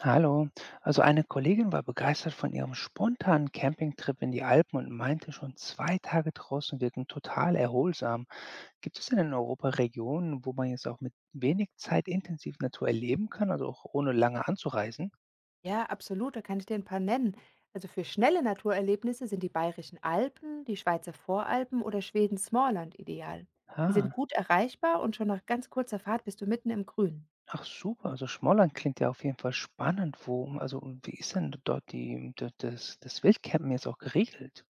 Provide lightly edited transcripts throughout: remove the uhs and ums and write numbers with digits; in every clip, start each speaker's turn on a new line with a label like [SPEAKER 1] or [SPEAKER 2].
[SPEAKER 1] Hallo. Also eine Kollegin war begeistert von ihrem spontanen Campingtrip in die Alpen und meinte, schon zwei Tage draußen wirken total erholsam. Gibt es denn in Europa Regionen, wo man jetzt auch mit wenig Zeit intensiv Natur erleben kann, also auch ohne lange anzureisen?
[SPEAKER 2] Ja, absolut, da kann ich dir ein paar nennen. Also, für schnelle Naturerlebnisse sind die Bayerischen Alpen, die Schweizer Voralpen oder Schwedens Småland ideal. Die
[SPEAKER 1] Ah,
[SPEAKER 2] sind gut erreichbar und schon nach ganz kurzer Fahrt bist du mitten im Grün.
[SPEAKER 1] ach super. Also Schmolland klingt ja auf jeden Fall spannend. Wo, also und wie ist denn dort das Wildcampen jetzt auch geregelt?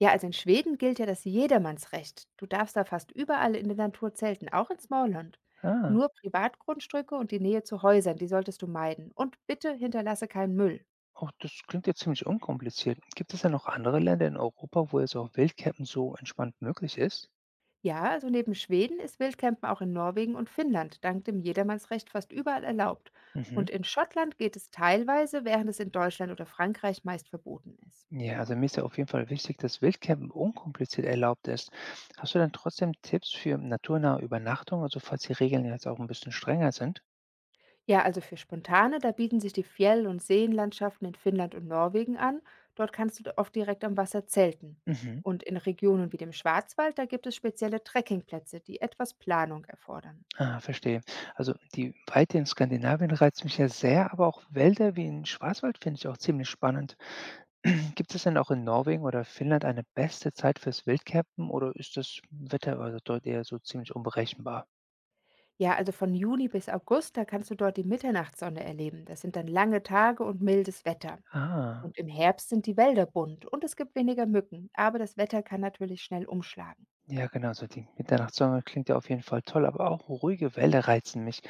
[SPEAKER 2] Ja, also in Schweden gilt ja das Jedermannsrecht. Du darfst da fast überall in der Natur zelten, auch in Småland.
[SPEAKER 1] Ah.
[SPEAKER 2] Nur Privatgrundstücke und die Nähe zu Häusern, die solltest du meiden. Und bitte hinterlasse keinen Müll.
[SPEAKER 1] Oh, das klingt ja ziemlich unkompliziert. Gibt es denn noch andere Länder in Europa, wo jetzt auch Wildcampen so entspannt möglich ist?
[SPEAKER 2] Ja, also neben Schweden ist Wildcampen auch in Norwegen und Finnland dank dem Jedermannsrecht fast überall erlaubt.
[SPEAKER 1] Mhm.
[SPEAKER 2] Und in Schottland geht es teilweise, während es in Deutschland oder Frankreich meist verboten ist.
[SPEAKER 1] Ja, also mir ist ja auf jeden Fall wichtig, dass Wildcampen unkompliziert erlaubt ist. Hast du dann trotzdem Tipps für naturnahe Übernachtung, also falls die Regeln jetzt auch ein bisschen strenger sind?
[SPEAKER 2] Ja, also für Spontane, da bieten sich die Fjell- und Seenlandschaften in Finnland und Norwegen an. Dort kannst du oft direkt am Wasser zelten.
[SPEAKER 1] Mhm.
[SPEAKER 2] Und in Regionen wie dem Schwarzwald, da gibt es spezielle Trekkingplätze, die etwas Planung erfordern.
[SPEAKER 1] Ah, verstehe. Also die Weite in Skandinavien reizt mich ja sehr, aber auch Wälder wie in Schwarzwald finde ich auch ziemlich spannend. Gibt es denn auch in Norwegen oder Finnland eine beste Zeit fürs Wildcampen oder ist das Wetter also dort eher so ziemlich unberechenbar?
[SPEAKER 2] Ja, also von Juni bis August, da kannst du dort die Mitternachtssonne erleben. Das sind dann lange Tage und mildes Wetter.
[SPEAKER 1] Ah,
[SPEAKER 2] Und im Herbst sind die Wälder bunt und es gibt weniger Mücken, aber das Wetter kann natürlich schnell umschlagen.
[SPEAKER 1] ja genau, so die Mitternachtssonne klingt ja auf jeden Fall toll, aber auch ruhige Wälder reizen mich.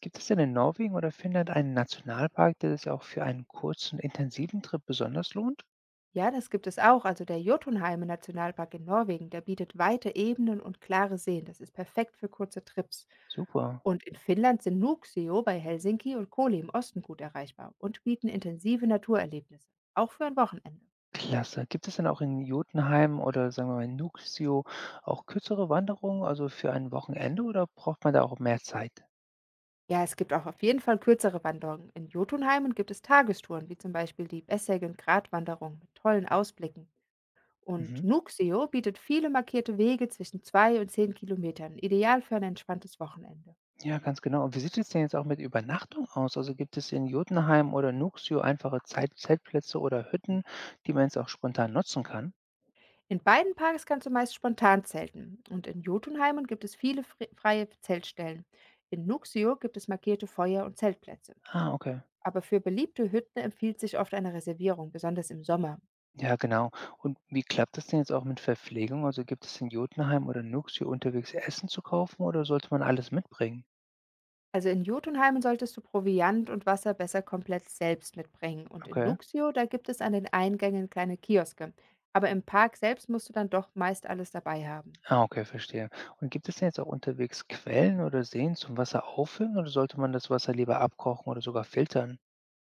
[SPEAKER 1] Gibt es denn in Norwegen oder Finnland einen Nationalpark, der sich auch für einen kurzen, intensiven Trip besonders lohnt?
[SPEAKER 2] Ja, das gibt es auch. Also der Jotunheim Nationalpark in Norwegen, der bietet weite Ebenen und klare Seen. Das ist perfekt für kurze Trips.
[SPEAKER 1] Super,
[SPEAKER 2] Und in Finnland sind Nuuksio bei Helsinki und Koli im Osten gut erreichbar und bieten intensive Naturerlebnisse, auch für ein Wochenende.
[SPEAKER 1] klasse. Gibt es denn auch in Jotunheim oder sagen wir mal in Nuuksio auch kürzere Wanderungen, also für ein Wochenende oder braucht man da auch mehr Zeit?
[SPEAKER 2] Ja, es gibt auch auf jeden Fall kürzere Wanderungen. In Jotunheimen gibt es Tagestouren, wie zum Beispiel die Besseggen-Grat-Wanderung mit tollen Ausblicken. Und
[SPEAKER 1] Mhm.
[SPEAKER 2] Nuxio bietet viele markierte Wege zwischen 2 und 10 Kilometern, ideal für ein entspanntes Wochenende.
[SPEAKER 1] Ja, ganz genau. Und wie sieht es denn jetzt auch mit Übernachtung aus? Also gibt es in Jotunheim oder Nuuksio einfache Zeit Zeltplätze oder Hütten, die man jetzt auch spontan nutzen kann?
[SPEAKER 2] In beiden Parks kannst du meist spontan zelten und in Jotunheimen gibt es viele freie Zeltstellen. In Nuxio gibt es markierte Feuer- und Zeltplätze.
[SPEAKER 1] Ah, okay.
[SPEAKER 2] Aber für beliebte Hütten empfiehlt sich oft eine Reservierung, besonders im Sommer.
[SPEAKER 1] Ja, genau. Und wie klappt das denn jetzt auch mit Verpflegung? Also gibt es in Jotunheim oder Nuuksio unterwegs Essen zu kaufen oder sollte man alles mitbringen?
[SPEAKER 2] Also in Jotunheimen solltest du Proviant und Wasser besser komplett selbst mitbringen. Und in
[SPEAKER 1] Okay.
[SPEAKER 2] Nuxio, da gibt es an den Eingängen kleine Kioske. Aber im Park selbst musst du dann doch meist alles dabei haben.
[SPEAKER 1] Ah, okay, verstehe. Und gibt es denn jetzt auch unterwegs Quellen oder Seen zum Wasser auffüllen oder sollte man das Wasser lieber abkochen oder sogar filtern?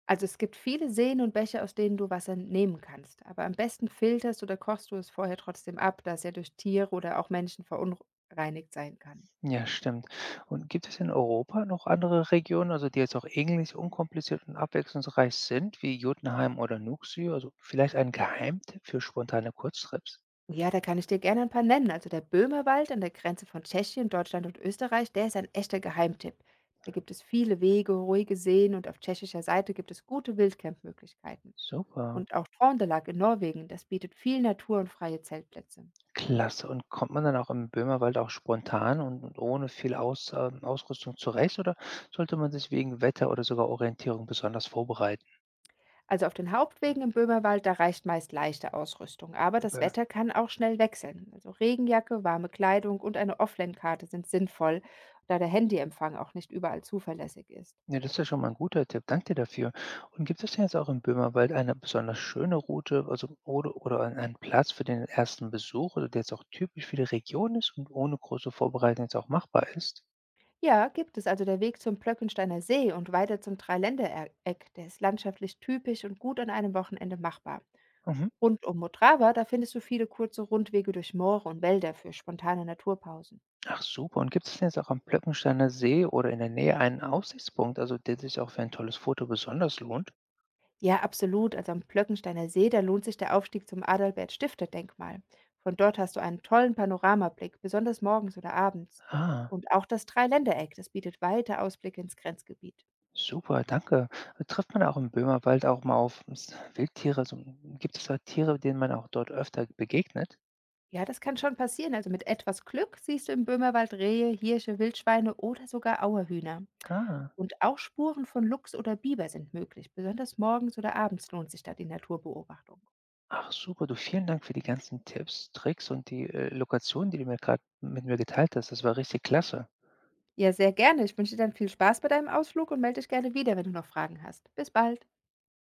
[SPEAKER 2] Also es gibt viele Seen und Bäche, aus denen du Wasser nehmen kannst, aber am besten filterst oder kochst du es vorher trotzdem ab, da es ja durch Tiere oder auch Menschen verunreinigt sein kann.
[SPEAKER 1] Ja, stimmt. Und gibt es in Europa noch andere Regionen, also die jetzt auch ähnlich unkompliziert und abwechslungsreich sind, wie Jotunheim oder Nuuksoy? Also vielleicht ein Geheimtipp für spontane Kurztrips?
[SPEAKER 2] Ja, da kann ich dir gerne ein paar nennen. Also der Böhmerwald an der Grenze von Tschechien, Deutschland und Österreich, der ist ein echter Geheimtipp. Da gibt es viele Wege, ruhige Seen und auf tschechischer Seite gibt es gute Wildcampmöglichkeiten.
[SPEAKER 1] Super.
[SPEAKER 2] Und auch Trondelag in Norwegen, das bietet viel Natur und freie Zeltplätze.
[SPEAKER 1] Klasse. Und kommt man dann auch im Böhmerwald auch spontan und ohne viel Aus, Ausrüstung zurecht? Oder sollte man sich wegen Wetter oder sogar Orientierung besonders vorbereiten?
[SPEAKER 2] Also auf den Hauptwegen im Böhmerwald, da reicht meist leichte Ausrüstung, aber das
[SPEAKER 1] Okay.
[SPEAKER 2] Wetter kann auch schnell wechseln. Also Regenjacke, warme Kleidung und eine Offline-Karte sind sinnvoll, da der Handyempfang auch nicht überall zuverlässig ist.
[SPEAKER 1] Ja, das ist ja schon mal ein guter Tipp. Danke dir dafür. Und gibt es denn jetzt auch im Böhmerwald eine besonders schöne Route, also oder einen Platz für den ersten Besuch, oder der jetzt auch typisch für die Region ist und ohne große Vorbereitung jetzt auch machbar ist?
[SPEAKER 2] Ja, gibt es, also der Weg zum Plöckensteiner See und weiter zum Dreiländereck, der ist landschaftlich typisch und gut an einem Wochenende machbar.
[SPEAKER 1] Mhm.
[SPEAKER 2] Rund um Motrava, da findest du viele kurze Rundwege durch Moore und Wälder für spontane Naturpausen.
[SPEAKER 1] Ach super. Und gibt es denn jetzt auch am Plöckensteiner See oder in der Nähe einen Aussichtspunkt, also der sich auch für ein tolles Foto besonders lohnt?
[SPEAKER 2] Ja, absolut. Also am Plöckensteiner See, da lohnt sich der Aufstieg zum Adalbert-Stifter-Denkmal. Von dort hast du einen tollen Panoramablick, besonders morgens oder abends.
[SPEAKER 1] Ah,
[SPEAKER 2] Und auch das Dreiländereck, das bietet weite Ausblicke ins Grenzgebiet.
[SPEAKER 1] super, danke. Trifft man auch im Böhmerwald auch mal auf s Wildtiere? Also, gibt es da Tiere, denen man auch dort öfter begegnet?
[SPEAKER 2] Ja, das kann schon passieren. Also mit etwas Glück siehst du im Böhmerwald Rehe, Hirsche, Wildschweine oder sogar Auerhühner.
[SPEAKER 1] Ah.
[SPEAKER 2] Und auch Spuren von Luchs oder Biber sind möglich. Besonders morgens oder abends lohnt sich da die Naturbeobachtung.
[SPEAKER 1] Ach super, du, vielen Dank für die ganzen Tipps, Tricks und die, Lokationen, die du mir gerade mit mir geteilt hast. Das war richtig klasse.
[SPEAKER 2] Ja, sehr gerne. Ich wünsche dir dann viel Spaß bei deinem Ausflug und melde dich gerne wieder, wenn du noch Fragen hast. Bis bald.